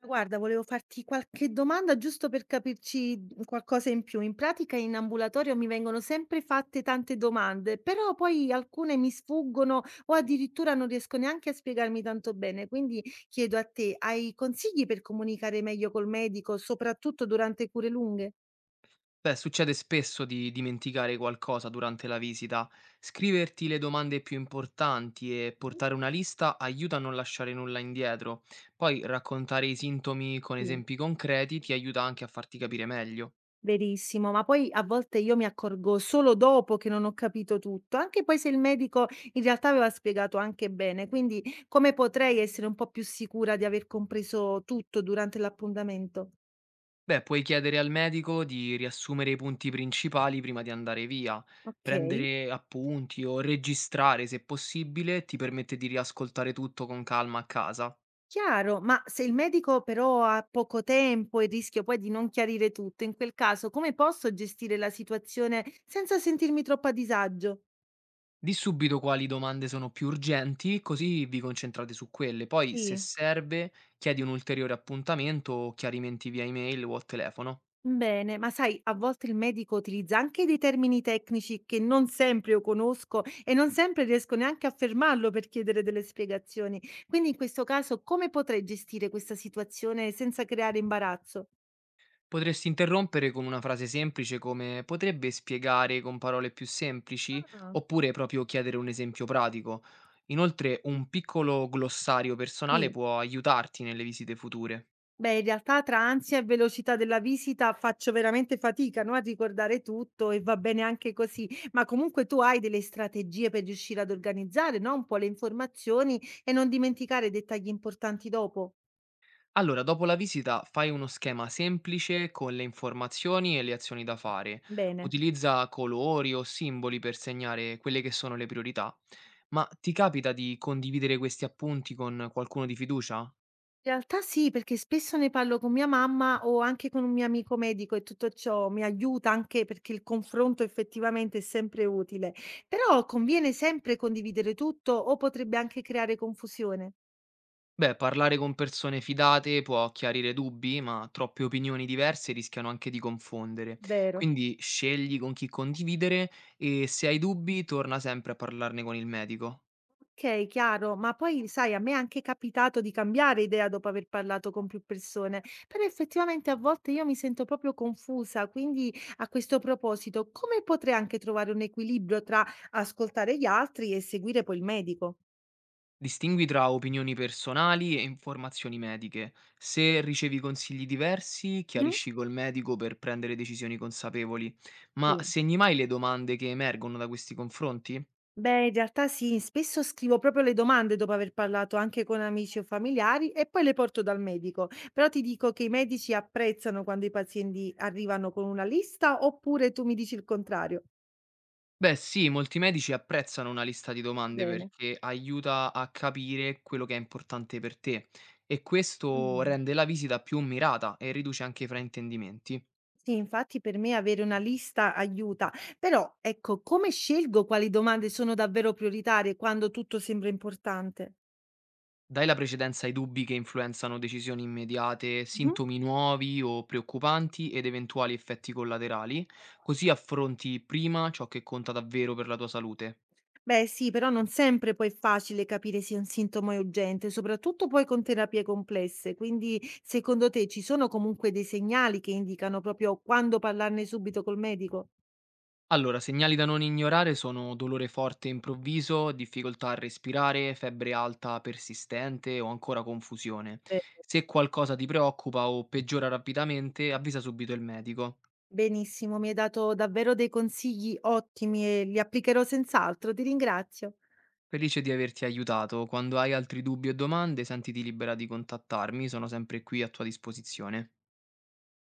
Allora, guarda, volevo farti qualche domanda giusto per capirci qualcosa in più. In pratica in ambulatorio mi vengono sempre fatte tante domande, però poi alcune mi sfuggono o addirittura non riesco neanche a spiegarmi tanto bene. Quindi chiedo a te, hai consigli per comunicare meglio col medico, soprattutto durante cure lunghe? Beh, succede spesso di dimenticare qualcosa durante la visita. Scriverti le domande più importanti e portare una lista aiuta a non lasciare nulla indietro. Poi raccontare i sintomi con Sì. esempi concreti ti aiuta anche a farti capire meglio. Verissimo, ma poi a volte io mi accorgo solo dopo che non ho capito tutto, anche poi se il medico in realtà aveva spiegato anche bene, quindi come potrei essere un po' più sicura di aver compreso tutto durante l'appuntamento? Beh, puoi chiedere al medico di riassumere i punti principali prima di andare via. Ok, Prendere appunti o registrare se possibile ti permette di riascoltare tutto con calma a casa. chiaro, ma se il medico però ha poco tempo e rischio poi di non chiarire tutto, in quel caso come posso gestire la situazione senza sentirmi troppo a disagio? Di subito quali domande sono più urgenti, così vi concentrate su quelle. Poi, se Sì. serve, chiedi un ulteriore appuntamento o chiarimenti via email o al telefono. Bene, ma sai, a volte il medico utilizza anche dei termini tecnici che non sempre io conosco e non sempre riesco neanche a fermarlo per chiedere delle spiegazioni. Quindi in questo caso come potrei gestire questa situazione senza creare imbarazzo? Potresti interrompere con una frase semplice come potrebbe spiegare con parole più semplici, Ah, oppure proprio chiedere un esempio pratico. Inoltre, un piccolo glossario personale sì. può aiutarti nelle visite future. Beh, in realtà tra ansia e velocità della visita faccio veramente fatica, no, a ricordare tutto e va bene anche così, ma comunque tu hai delle strategie per riuscire ad organizzare, no, un po' le informazioni e non dimenticare dettagli importanti dopo. Allora, dopo la visita fai uno schema semplice con le informazioni e le azioni da fare. Bene. Utilizza colori o simboli per segnare quelle che sono le priorità. Ma ti capita di condividere questi appunti con qualcuno di fiducia? In realtà sì, perché spesso ne parlo con mia mamma o anche con un mio amico medico e tutto ciò mi aiuta anche perché il confronto effettivamente è sempre utile. Però conviene sempre condividere tutto o potrebbe anche creare confusione. Beh, parlare con persone fidate può chiarire dubbi, ma troppe opinioni diverse rischiano anche di confondere. Vero. Quindi scegli con chi condividere e se hai dubbi torna sempre a parlarne con il medico. Ok, chiaro, ma poi sai, a me è anche capitato di cambiare idea dopo aver parlato con più persone, però effettivamente a volte io mi sento proprio confusa, quindi a questo proposito, come potrei anche trovare un equilibrio tra ascoltare gli altri e seguire poi il medico? Distingui tra opinioni personali e informazioni mediche. Se ricevi consigli diversi, chiarisci col medico per prendere decisioni consapevoli. Ma Sì. segni mai le domande che emergono da questi confronti? Beh, in realtà sì, spesso scrivo proprio le domande dopo aver parlato anche con amici o familiari e poi le porto dal medico. Però ti dico che i medici apprezzano quando i pazienti arrivano con una lista oppure tu mi dici il contrario. Beh, sì, molti medici apprezzano una lista di domande Bene. perché aiuta a capire quello che è importante per te e questo Mm. rende la visita più mirata e riduce anche i fraintendimenti. Sì, infatti per me avere una lista aiuta, però ecco, come scelgo quali domande sono davvero prioritarie quando tutto sembra importante? Dai la precedenza ai dubbi che influenzano decisioni immediate, Mhm. sintomi nuovi o preoccupanti ed eventuali effetti collaterali, così affronti prima ciò che conta davvero per la tua salute. Beh sì, però non sempre poi è facile capire se un sintomo è urgente, soprattutto poi con terapie complesse. Quindi, secondo te ci sono comunque dei segnali che indicano proprio quando parlarne subito col medico? Allora, segnali da non ignorare sono dolore forte e improvviso, difficoltà a respirare, febbre alta persistente o ancora confusione. Beh, Se qualcosa ti preoccupa o peggiora rapidamente, avvisa subito il medico. benissimo, mi hai dato davvero dei consigli ottimi e li applicherò senz'altro. Ti ringrazio. Felice di averti aiutato. Quando hai altri dubbi o domande, sentiti libera di contattarmi, sono sempre qui a tua disposizione.